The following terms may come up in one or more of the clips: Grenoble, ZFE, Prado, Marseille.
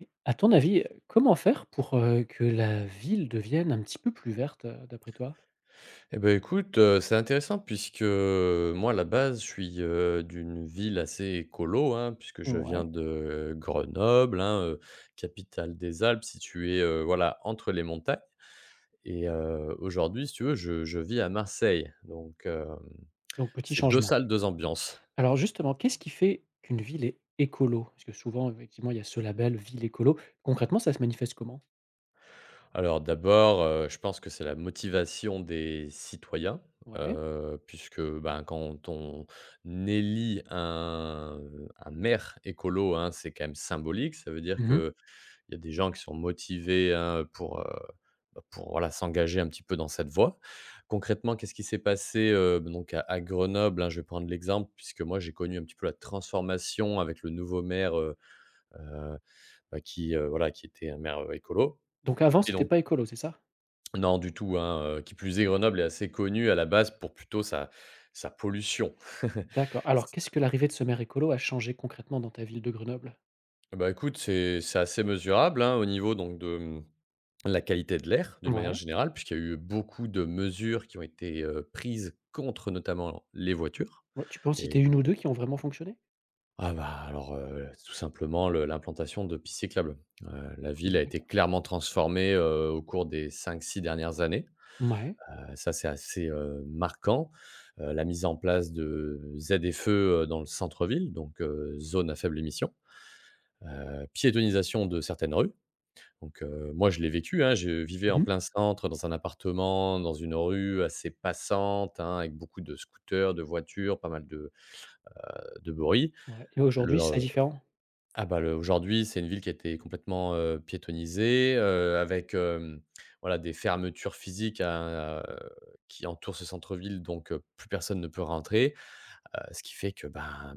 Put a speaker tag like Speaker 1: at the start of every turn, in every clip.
Speaker 1: Et à ton avis, comment faire pour, que la ville devienne un petit peu plus verte, d'après toi?
Speaker 2: Eh ben écoute, c'est intéressant puisque, moi à la base je suis, d'une ville assez écolo, hein, puisque je viens
Speaker 1: Ouais.
Speaker 2: de Grenoble, hein, capitale des Alpes située, voilà, entre les montagnes et aujourd'hui si tu veux je vis à Marseille, donc
Speaker 1: Donc petit
Speaker 2: c'est 2
Speaker 1: changement.
Speaker 2: salles, 2 ambiances.
Speaker 1: Alors justement, qu'est-ce qui fait qu'une ville est écolo? Parce que souvent, effectivement, il y a ce label ville écolo. Concrètement, ça se manifeste comment?
Speaker 2: Alors d'abord, je pense que c'est la motivation des citoyens,
Speaker 1: Ouais.
Speaker 2: puisque, ben, quand on élit un maire écolo, hein, c'est quand même symbolique. Ça veut dire
Speaker 1: Mmh.
Speaker 2: qu'il y a des gens qui sont motivés, hein, pour, bah, pour, voilà, s'engager un petit peu dans cette voie. Concrètement, qu'est-ce qui s'est passé, bah, donc à Grenoble, hein? Je vais prendre l'exemple puisque moi j'ai connu un petit peu la transformation avec le nouveau maire, heu, bah, qui, voilà, qui était un maire, écolo.
Speaker 1: Donc avant,
Speaker 2: Et
Speaker 1: c'était pas écolo, c'est ça?
Speaker 2: non, du tout, hein, qui plus est, Grenoble est assez connue à la base pour plutôt sa pollution.
Speaker 1: D'accord. Alors
Speaker 2: C
Speaker 1: qu'est-ce que l'arrivée de ce maire écolo a changé concrètement dans ta ville de Grenoble?
Speaker 2: Bah, écoute, c'est assez mesurable, hein, au niveau donc de, la qualité de l'air, d'une manière
Speaker 1: Ouais.
Speaker 2: générale, puisqu'il y a eu beaucoup de mesures qui ont été, prises contre notamment les voitures.
Speaker 1: Ouais, tu peux en citer
Speaker 2: Et
Speaker 1: une ou 2 qui ont vraiment fonctionné?
Speaker 2: ah bah, alors, tout simplement le l'implantation de pistes cyclables. La ville
Speaker 1: Mmh,
Speaker 2: a été
Speaker 1: d'accord.
Speaker 2: clairement transformée, au cours des cinq six dernières années.
Speaker 1: Ouais.
Speaker 2: Ça, c'est assez, marquant. La mise en place de ZFE, dans le centre-ville, donc zone à faible émission. Piétonisation de certaines rues. Donc moi, je l'ai vécu, hein, je vivais en
Speaker 1: Mmh.
Speaker 2: plein centre, dans un appartement, dans une rue assez passante, hein, avec beaucoup de scooters, de voitures, pas mal de bruit.
Speaker 1: Ouais et aujourd'hui, c'est
Speaker 2: Le
Speaker 1: différent?
Speaker 2: Ah bah, le aujourd'hui, c'est une ville qui a été complètement, piétonnisée, avec, voilà, des fermetures physiques à qui entourent ce centre-ville, donc plus personne ne peut rentrer. Ce qui fait que, ben,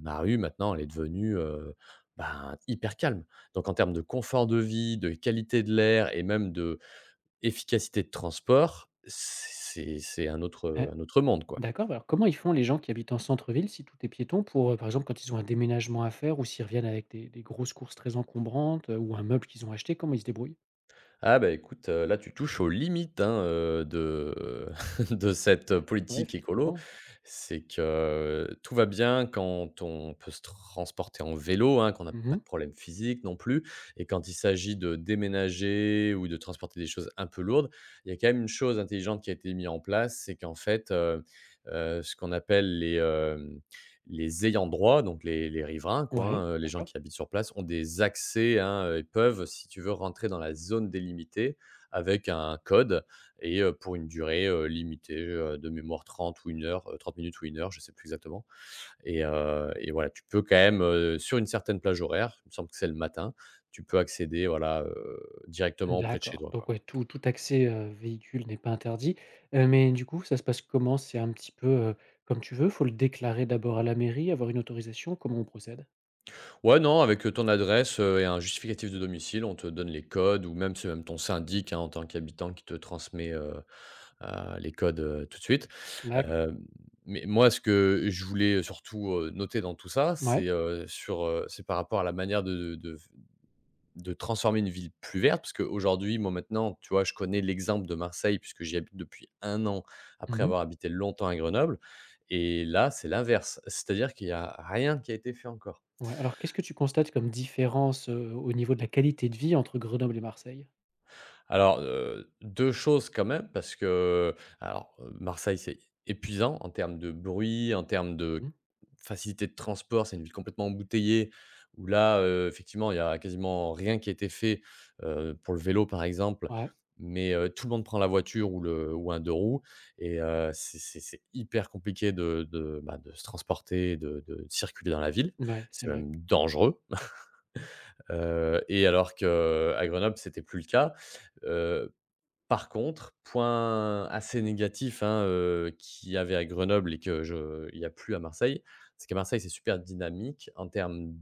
Speaker 2: ma rue, maintenant, elle est devenue, ben, hyper calme. Donc en termes de confort de vie, de qualité de l'air et même de efficacité de transport, c'est un autre,
Speaker 1: Ouais.
Speaker 2: un autre monde, quoi.
Speaker 1: D'accord, bah, alors comment ils font les gens qui habitent en centre-ville si tout est piéton pour, par exemple, quand ils ont un déménagement à faire ou s'ils reviennent avec des grosses courses très encombrantes, ou un meuble qu'ils ont acheté, comment ils se débrouillent?
Speaker 2: Ah bah, écoute, là tu touches aux limites, hein, de de cette
Speaker 1: Ouais,
Speaker 2: politique écolo.
Speaker 1: effectivement.
Speaker 2: C'est que tout va bien quand on peut se transporter en vélo, hein, qu'on n'a pas
Speaker 1: Mmh.
Speaker 2: de problème physique non plus, et quand il s'agit de déménager ou de transporter des choses un peu lourdes, il y a quand même une chose intelligente qui a été mise en place. C'est qu'en fait, ce qu'on appelle les ayants droit, donc les riverains quoi,
Speaker 1: Ouais,
Speaker 2: hein, les gens
Speaker 1: d'accord.
Speaker 2: qui habitent sur place ont des accès, hein, et peuvent, si tu veux, rentrer dans la zone délimitée avec un code, et pour une durée, limitée, de mémoire 30 ou une heure, 30 minutes ou une heure, je sais plus exactement. Et voilà, tu peux quand même, sur une certaine plage horaire, il me semble que c'est le matin, tu peux accéder voilà, directement auprès de chez
Speaker 1: D'accord,
Speaker 2: toi,
Speaker 1: donc
Speaker 2: quoi.
Speaker 1: ouais, tout accès, véhicule n'est pas interdit, mais du coup, ça se passe comment? C'est un petit peu, comme tu veux? Faut le déclarer d'abord à la mairie, avoir une autorisation? Comment on procède?
Speaker 2: Ouais, non, avec, ton adresse, et un justificatif de domicile, on te donne les codes ou même c'est même ton syndic, hein, en tant qu'habitant qui te transmet, les codes, tout de suite.
Speaker 1: D'accord.
Speaker 2: Hem, mais moi ce que je voulais surtout, noter dans tout ça,
Speaker 1: Ouais.
Speaker 2: c'est par rapport à la manière de transformer une ville plus verte. Parce qu'aujourd'hui, moi maintenant, tu vois, je connais l'exemple de Marseille puisque j'y habite depuis un an après
Speaker 1: Mmh.
Speaker 2: avoir habité longtemps à Grenoble. Et là, c'est l'inverse. C'est-à-dire qu'il y a rien qui a été fait encore.
Speaker 1: Ouais, alors qu'est-ce que tu constates comme différence, au niveau de la qualité de vie entre Grenoble et Marseille?
Speaker 2: Alors, 2 choses quand même parce que alors, Marseille, c'est épuisant en termes de bruit, en termes de
Speaker 1: Mmh.
Speaker 2: facilité de transport. C'est une ville complètement embouteillée où là, effectivement, il y a quasiment rien qui a été fait, pour le vélo, par exemple,
Speaker 1: Ouais.
Speaker 2: mais tout le monde prend la voiture ou le ou un 2 roues. Et c'est hyper compliqué de se transporter, de circuler dans la ville.
Speaker 1: Ouais,
Speaker 2: C'est
Speaker 1: c'est vrai.
Speaker 2: même dangereux. Et alors qu'à Grenoble, c'était plus le cas. heu Par contre, point assez négatif, hein, qu'il y avait à Grenoble et que je il n'y a plus à Marseille, c'est qu'à Marseille, c'est super dynamique en termes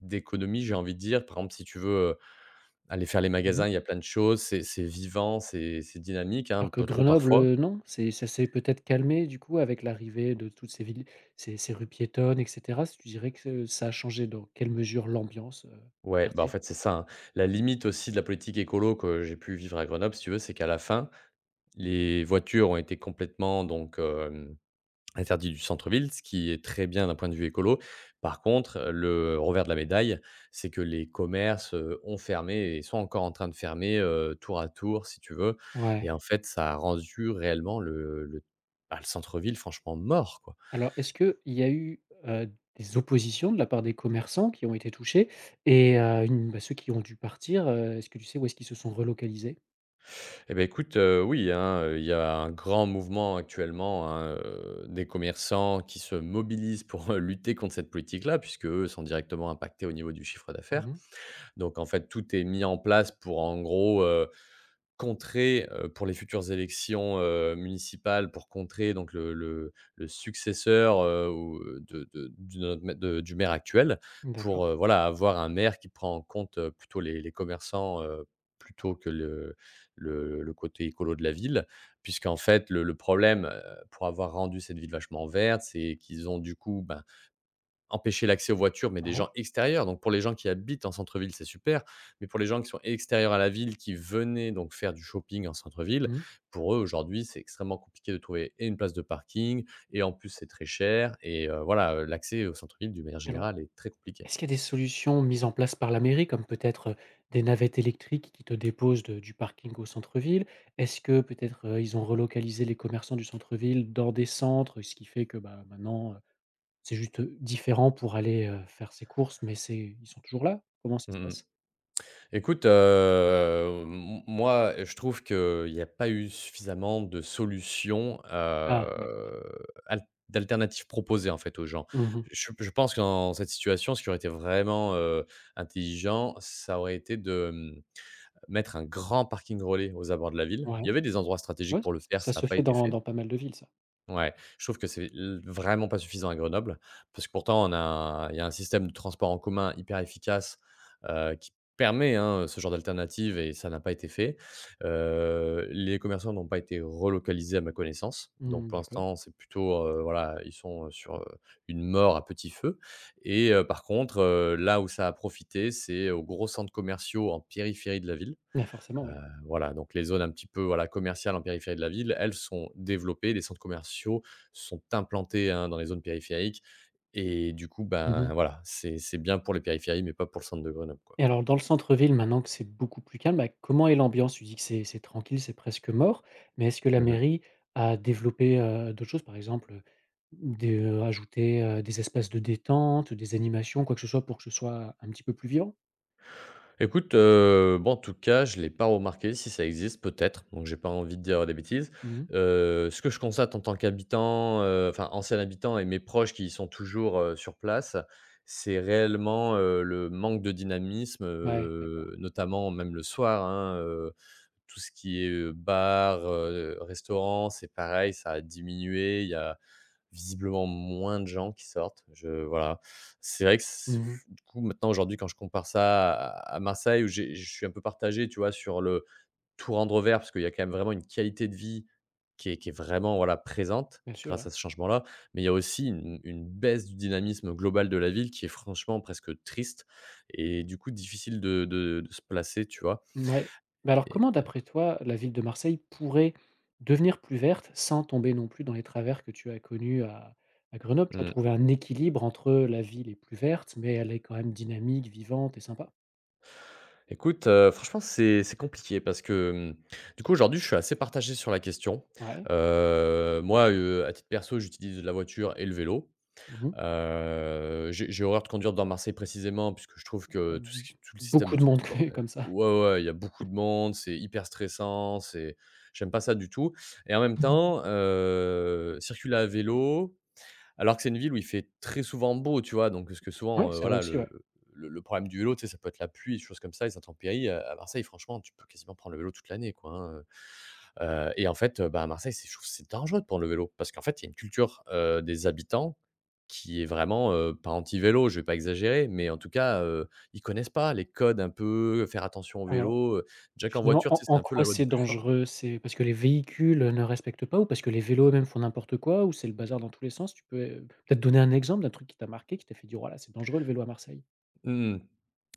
Speaker 2: d'économie, j'ai envie de dire. Par exemple, si tu veux, aller faire les
Speaker 1: Mmh.
Speaker 2: magasins, il y a plein de choses, c'est vivant, c'est dynamique, hein, un
Speaker 1: Alors que
Speaker 2: peu trop
Speaker 1: Grenoble,
Speaker 2: parfois.
Speaker 1: non, c'est ça s'est peut-être calmé du coup avec l'arrivée de toutes ces villes ces rues piétonnes et cetera? Si tu dirais que ça a changé dans quelle mesure l'ambiance,
Speaker 2: Ouais, bah, en
Speaker 1: quartier?
Speaker 2: fait, c'est ça, hein. La limite aussi de la politique écolo que j'ai pu vivre à Grenoble, si tu veux, c'est qu'à la fin, les voitures ont été complètement donc interdit du centre-ville, ce qui est très bien d'un point de vue écolo. Par contre, le revers de la médaille, c'est que les commerces, ont fermé et sont encore en train de fermer, tour à tour, si tu veux.
Speaker 1: Ouais.
Speaker 2: Et en fait, ça a rendu réellement le centre-ville franchement mort, quoi.
Speaker 1: Alors est-ce qu'il y a eu, des oppositions de la part des commerçants qui ont été touchés et une bah, ceux qui ont dû partir, est-ce que tu sais où est-ce qu'ils se sont relocalisés?
Speaker 2: Et beh, écoute, oui, hein, il y a un grand mouvement actuellement, hein, des commerçants qui se mobilisent pour, lutter contre cette politique-là puisque eux sont directement impactés au niveau du chiffre d'affaires.
Speaker 1: Mmh.
Speaker 2: Donc en fait, tout est mis en place pour en gros, contrer, pour les futures élections, municipales, pour contrer donc le successeur, ou de du, de notre mai de du maire actuel. Pour,
Speaker 1: D'accord.
Speaker 2: voilà, avoir un maire qui prend en compte, plutôt les commerçants, plutôt que le côté écolo de la ville. Puisqu'en fait, le problème, pour avoir rendu cette ville vachement verte, c'est qu'ils ont du coup, ben, empêcher l'accès aux voitures, mais des
Speaker 1: Ouais.
Speaker 2: gens extérieurs. Donc pour les gens qui habitent en centre-ville, c'est super, mais pour les gens qui sont extérieurs à la ville, qui venaient donc faire du shopping en centre-ville,
Speaker 1: Mmh.
Speaker 2: pour eux, aujourd'hui, c'est extrêmement compliqué de trouver et une place de parking, et en plus, c'est très cher. Et voilà, l'accès au centre-ville, d'une manière
Speaker 1: Alors
Speaker 2: générale, est très compliqué.
Speaker 1: est-ce qu'il y a des solutions mises en place par la mairie, comme peut-être, des navettes électriques qui te déposent de du parking au centre-ville? Est-ce que peut-être, ils ont relocalisé les commerçants du centre-ville dans des centres? Ce qui fait que, bah, maintenant, c'est juste, différent pour aller, faire ses courses, mais c'est ils sont toujours là? Comment ça se
Speaker 2: Mmh.
Speaker 1: passe?
Speaker 2: Écoute, m moi, je trouve qu'il n'y a pas eu suffisamment de solutions,
Speaker 1: Ah, d'accord.
Speaker 2: al d'alternatives proposées, en fait, aux gens.
Speaker 1: Mmh.
Speaker 2: Je pense que dans cette situation, ce qui aurait été vraiment, intelligent, ça aurait été de, mettre un grand parking relais aux abords de la ville.
Speaker 1: Ouais.
Speaker 2: Il y avait des endroits stratégiques
Speaker 1: Ouais, ç
Speaker 2: pour le faire, ça
Speaker 1: Ça
Speaker 2: n'a
Speaker 1: se
Speaker 2: pas
Speaker 1: fait
Speaker 2: été
Speaker 1: dans
Speaker 2: fait.
Speaker 1: dans pas mal de villes ça.
Speaker 2: Ouais, je trouve que c'est l vraiment pas suffisant à Grenoble, parce que pourtant on a un il y a un système de transport en commun hyper efficace, qui permet, hein, ce genre d'alternative, et ça n'a pas été fait. Les commerçants n'ont pas été relocalisés à ma connaissance, donc
Speaker 1: Mmh,
Speaker 2: pour
Speaker 1: d'accord.
Speaker 2: l'instant c'est plutôt, voilà, ils sont, sur, une mort à petit feu. Et par contre, là où ça a profité, c'est aux gros centres commerciaux en périphérie de la ville.
Speaker 1: Ouais, forcément, oui.
Speaker 2: Voilà, donc les zones un petit peu voilà, commerciales en périphérie de la ville, elles sont développées, les centres commerciaux sont implantés, hein, dans les zones périphériques. Et du coup,
Speaker 1: Mmh.
Speaker 2: ben, voilà, c'est bien pour les périphéries, mais pas pour le centre de Grenoble, quoi.
Speaker 1: Et alors dans le centre-ville, maintenant que c'est beaucoup plus calme, bah, comment est l'ambiance? Tu dis que c'est tranquille, c'est presque mort, mais est-ce que la
Speaker 2: Mmh
Speaker 1: mairie a développé, d'autres choses? Par exemple, des, ajouter, des espaces de détente, des animations, quoi que ce soit pour que ce soit un petit peu plus vivant?
Speaker 2: Écoute, bon, en tout cas, je ne l'ai pas remarqué. Si ça existe, peut-être, donc j'ai pas envie de dire des bêtises.
Speaker 1: Mmh.
Speaker 2: Ce que je constate en tant qu'habitant, enfin, ancien habitant et mes proches qui sont toujours, sur place, c'est réellement, le manque de dynamisme,
Speaker 1: Ouais, d'accord.
Speaker 2: notamment même le soir, hein, tout ce qui est, bar, restaurant, c'est pareil, ça a diminué. Il y a visiblement moins de gens qui sortent. Je Voilà, c'est vrai que c
Speaker 1: Mmh.
Speaker 2: du coup, maintenant, aujourd'hui, quand je compare ça à Marseille où j'ai je suis un peu partagé, tu vois? Sur le tout rendre vert parce qu'il y a quand même vraiment une qualité de vie qui est vraiment, voilà, présente
Speaker 1: Bien sûr,
Speaker 2: grâce
Speaker 1: ouais.
Speaker 2: à ce changement-là. Mais il y a aussi une baisse du dynamisme global de la ville qui est franchement presque triste, et du coup difficile de se placer, tu vois?
Speaker 1: Ouais, mais alors
Speaker 2: Et
Speaker 1: comment, d'après toi, la ville de Marseille pourrait devenir plus verte sans tomber non plus dans les travers que tu as connus à Grenoble? Tu as
Speaker 2: mmh.
Speaker 1: trouvé un équilibre entre la ville est plus verte, mais elle est quand même dynamique, vivante et sympa.
Speaker 2: Écoute, franchement, c'est compliqué parce que, du coup, aujourd'hui, je suis assez partagé sur la question.
Speaker 1: Ouais.
Speaker 2: Moi, à titre perso, j'utilise la voiture et le vélo.
Speaker 1: Mmh.
Speaker 2: J'ai horreur de conduire dans Marseille précisément, puisque je trouve que
Speaker 1: Ouais,
Speaker 2: tout ce
Speaker 1: b
Speaker 2: qui tout le système
Speaker 1: Beaucoup
Speaker 2: de
Speaker 1: de monde
Speaker 2: transport est
Speaker 1: comme ça.
Speaker 2: ouais, ouais, il y a beaucoup de monde, c'est hyper stressant, c'est j'aime pas ça du tout et en même temps, circuler à vélo, alors que c'est une ville où il fait très souvent beau, tu vois? Donc parce que
Speaker 1: Ouais,
Speaker 2: souvent,
Speaker 1: c'est vrai
Speaker 2: voilà,
Speaker 1: aussi,
Speaker 2: le
Speaker 1: ouais.
Speaker 2: le le problème du vélo, tu sais, ça peut être la pluie, des choses comme ça, les intempéries, à Marseille, franchement, tu peux quasiment prendre le vélo toute l'année, quoi, hein. Et en fait, bah, à Marseille, c'est je trouve que c'est dangereux de prendre le vélo parce qu'en fait, il y a une culture, des habitants qui est vraiment, pas anti-vélo, je vais pas exagérer, mais en tout cas, ils connaissent pas les codes un peu, faire attention au
Speaker 1: Alors
Speaker 2: vélo. Déjà qu'en
Speaker 1: finalement,
Speaker 2: voiture, tu
Speaker 1: en
Speaker 2: sais, c'est
Speaker 1: en
Speaker 2: un peu la
Speaker 1: quoi
Speaker 2: loi du
Speaker 1: c'est
Speaker 2: plus fort.
Speaker 1: dangereux? C'est parce que les véhicules, ne respectent pas ou parce que les vélos eux-mêmes font n'importe quoi ou c'est le bazar dans tous les sens? Tu peux, peut-être donner un exemple d'un truc qui t'a marqué, qui t'a fait dire: «Waouh, là, c'est dangereux le vélo à Marseille»?
Speaker 2: Mmh.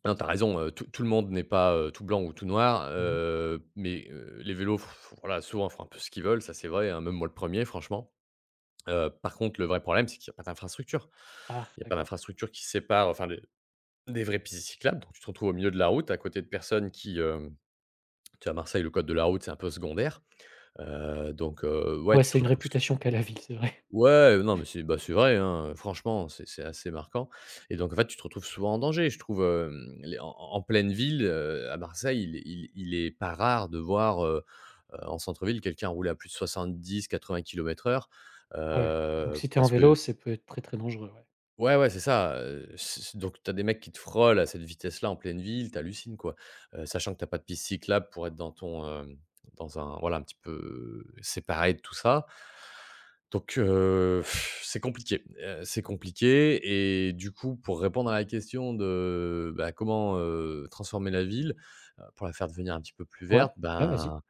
Speaker 2: Non, t'as raison, tout le monde n'est pas, tout blanc ou tout noir,
Speaker 1: Mmh.
Speaker 2: mais, les vélos, f voilà, souvent font un peu ce qu'ils veulent, ça c'est vrai, hein, même moi le premier, franchement. Par contre, le vrai problème, c'est qu'il y a pas d'infrastructure.
Speaker 1: Ah,
Speaker 2: Il y a pas
Speaker 1: d'accord.
Speaker 2: d'infrastructure qui sépare enfin des vraies pistes cyclables, donc tu te retrouves au milieu de la route à côté de personnes tu sais, à Marseille, le code de la route, c'est un peu secondaire, ouais,
Speaker 1: Ouais,
Speaker 2: tu te
Speaker 1: c'est une
Speaker 2: retrouves
Speaker 1: réputation qu'a la ville, c'est vrai.
Speaker 2: ouais, non, mais c'est vrai, hein, franchement, c'est assez marquant et donc en fait, tu te retrouves souvent en danger. Je trouve, hem, les en en pleine ville, à Marseille, il est pas rare de voir, en centre-ville, quelqu'un rouler à plus de soixante-dix quatre-vingts kilomètres heure,
Speaker 1: Ouais. Donc si tu es en
Speaker 2: parce
Speaker 1: vélo,
Speaker 2: que
Speaker 1: ça peut être très, très dangereux, ouais.
Speaker 2: ouais, ouais, c'est ça, c c donc tu as des mecs qui te frôlent à cette vitesse-là en pleine ville, tu hallucines, quoi, sachant que t'as pas de piste cyclable pour être dans ton, dans un voilà, un petit peu séparé de tout ça donc c'est compliqué et du coup, pour répondre à la question de, bah, comment, transformer la ville, pour la faire devenir un petit peu plus
Speaker 1: Ouais, OK.
Speaker 2: verte,
Speaker 1: Ouais, vas-y.
Speaker 2: ben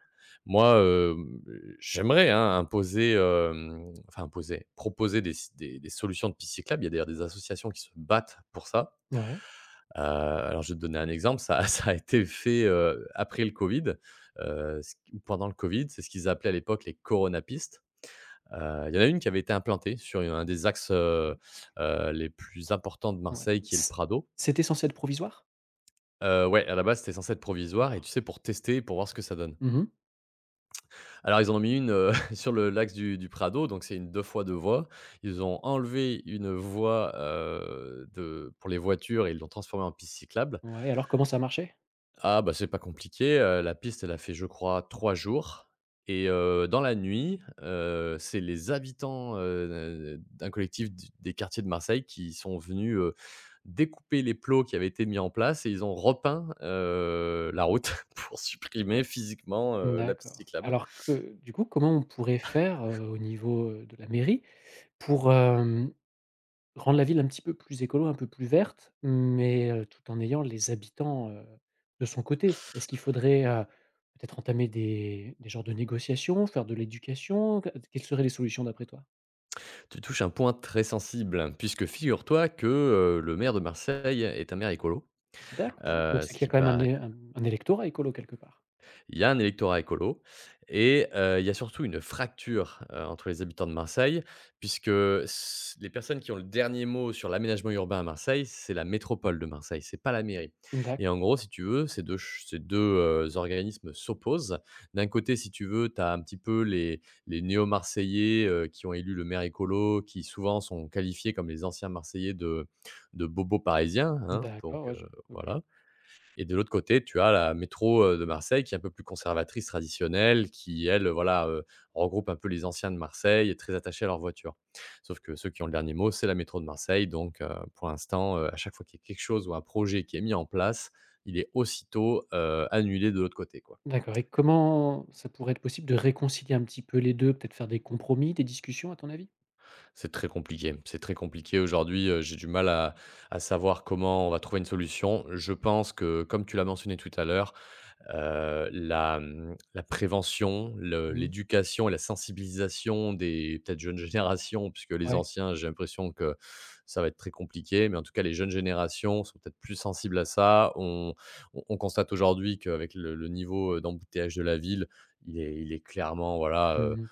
Speaker 2: moi, j'aimerais, hein, imposer, proposer des solutions de piste cyclable. Il y a d'ailleurs des associations qui se battent pour ça.
Speaker 1: Ouais.
Speaker 2: Alors je vais te donner un exemple, ça ça a été fait, après le Covid, ce q ou pendant le Covid, c'est ce qu'ils appelaient à l'époque les coronapistes. Il y en a une qui avait été implantée sur un des axes,
Speaker 1: Mmh.
Speaker 2: les plus importants de
Speaker 1: Ouais.
Speaker 2: Marseille qui est le
Speaker 1: C
Speaker 2: Prado.
Speaker 1: c'était censé être provisoire?
Speaker 2: Ouais, à la base, c'était censé être provisoire et
Speaker 1: D'accord.
Speaker 2: tu sais, pour tester, pour voir ce que ça donne.
Speaker 1: Mmh mh.
Speaker 2: Alors, ils en ont mis une, sur le l'axe du Prado, donc c'est une 2 fois 2 voies. Ils ont enlevé une voie, de pour les voitures et ils l'ont transformée en piste cyclable.
Speaker 1: Ouais, alors comment ça marchait?
Speaker 2: Ah bah, c'est pas compliqué, la piste, elle a fait, je crois, 3 jours et dans la nuit, c'est les habitants, d'un collectif d des quartiers de Marseille qui sont venus, découper les plots qui avaient été mis en place et ils ont repeint, la route pour supprimer physiquement, la piste
Speaker 1: D'accord.
Speaker 2: cyclable.
Speaker 1: Alors que du coup, comment on pourrait faire, au niveau, de la mairie pour, hem rendre la ville un petit peu plus écolo, un peu plus verte, mais tout en ayant les habitants, de son côté. Est-ce qu'il faudrait, peut-être entamer des genres de négociations, faire de l'éducation? Quelles seraient les solutions d'après toi?
Speaker 2: Tu touches un point très sensible, puisque figure-toi que, le maire de Marseille est un maire écolo,
Speaker 1: D'accord, donc c'est
Speaker 2: ce
Speaker 1: qu'il y a
Speaker 2: qui
Speaker 1: quand même
Speaker 2: par
Speaker 1: un électorat écolo quelque part?
Speaker 2: il y a un électorat écolo et il y a surtout une fracture, entre les habitants de Marseille puisque s les personnes qui ont le dernier mot sur l'aménagement urbain à Marseille, c'est la métropole de Marseille, c'est pas la mairie et en
Speaker 1: D'acc
Speaker 2: gros, si tu veux, ces 2 ch ces deux, organismes s'opposent. D'un côté, si tu veux, tu as un petit peu les néo-marseillais, qui ont élu le maire écolo, qui souvent sont qualifiés comme les anciens marseillais de bobos parisiens, hein,
Speaker 1: d'accord,
Speaker 2: donc
Speaker 1: ouais, je OK.
Speaker 2: voilà. Et de l'autre côté, tu as la métro, de Marseille qui est un peu plus conservatrice, traditionnelle, qui elle, voilà, regroupe un peu les anciens de Marseille et très attachés à leur voiture. Sauf que ceux qui ont le dernier mot, c'est la métro de Marseille donc pour l'instant, à chaque fois qu'il y a quelque chose ou un projet qui est mis en place, il est aussitôt, annulé de l'autre côté, quoi.
Speaker 1: D'accord et comment ça pourrait être possible de réconcilier un petit peu les deux? Peut-être faire des compromis, des discussions à ton avis?
Speaker 2: C'est très compliqué aujourd'hui, j'ai du mal à savoir comment on va trouver une solution. Je pense que, comme tu l'as mentionné tout à l'heure, la prévention, le
Speaker 1: Mmh.
Speaker 2: l'éducation et la sensibilisation des peut-être jeunes générations, puisque les
Speaker 1: Ouais.
Speaker 2: anciens, j'ai l'impression que ça va être très compliqué, mais en tout cas les jeunes générations sont peut-être plus sensibles à ça. On constate aujourd'hui qu'avec le niveau, d'embouteillage de la ville, il est clairement, voilà,
Speaker 1: Mmh mh.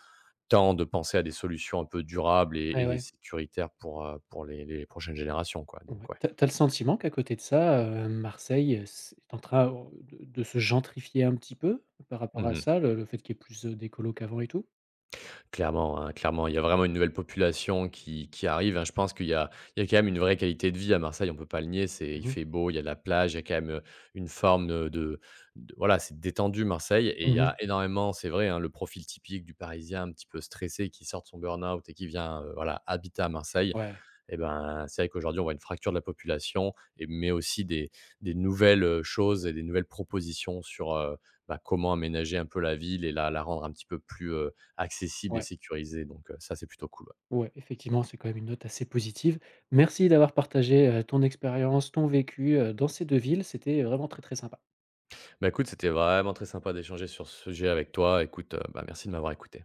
Speaker 2: temps de penser à des solutions un peu durables
Speaker 1: Ouais,
Speaker 2: et
Speaker 1: ouais.
Speaker 2: sécuritaires pour les prochaines générations, quoi, donc
Speaker 1: Ouais.
Speaker 2: ouais.
Speaker 1: Tu as le sentiment qu'à côté de ça, Marseille, c'est est en train, de se gentrifier un petit peu par rapport à
Speaker 2: Mmh.
Speaker 1: ça, le fait qu'il y ait plus, d'écolos qu'avant et tout?
Speaker 2: Clairement, hein, clairement, il y a vraiment une nouvelle population qui arrive, hein. Je pense qu'il y a il y a quand même une vraie qualité de vie à Marseille, on peut pas le nier. C'est il
Speaker 1: Mmh mh.
Speaker 2: fait beau, il y a de la plage, il y a quand même, une forme, de voilà, c'est détendu Marseille et il y a
Speaker 1: Mmh.
Speaker 2: énormément, c'est vrai, hein, le profil typique du Parisien un petit peu stressé qui sort de son burn-out et qui vient, voilà, habiter à Marseille.
Speaker 1: Ouais,
Speaker 2: Et ben, c'est vrai qu'aujourd'hui, on voit une fracture de la population et mais aussi des nouvelles, choses et des nouvelles propositions sur, bah, comment aménager un peu la ville et la rendre un petit peu plus, accessible et
Speaker 1: ouais,
Speaker 2: sécurisée donc ça, c'est plutôt cool, ouais.
Speaker 1: ouais, effectivement, c'est quand même une note assez positive. Merci d'avoir partagé, ton expérience, ton vécu, dans ces 2 villes, c'était vraiment très, très sympa.
Speaker 2: Bah, écoute, c'était vraiment très sympa d'échanger sur ce sujet avec toi. Écoute, bah, merci de m'avoir écouté.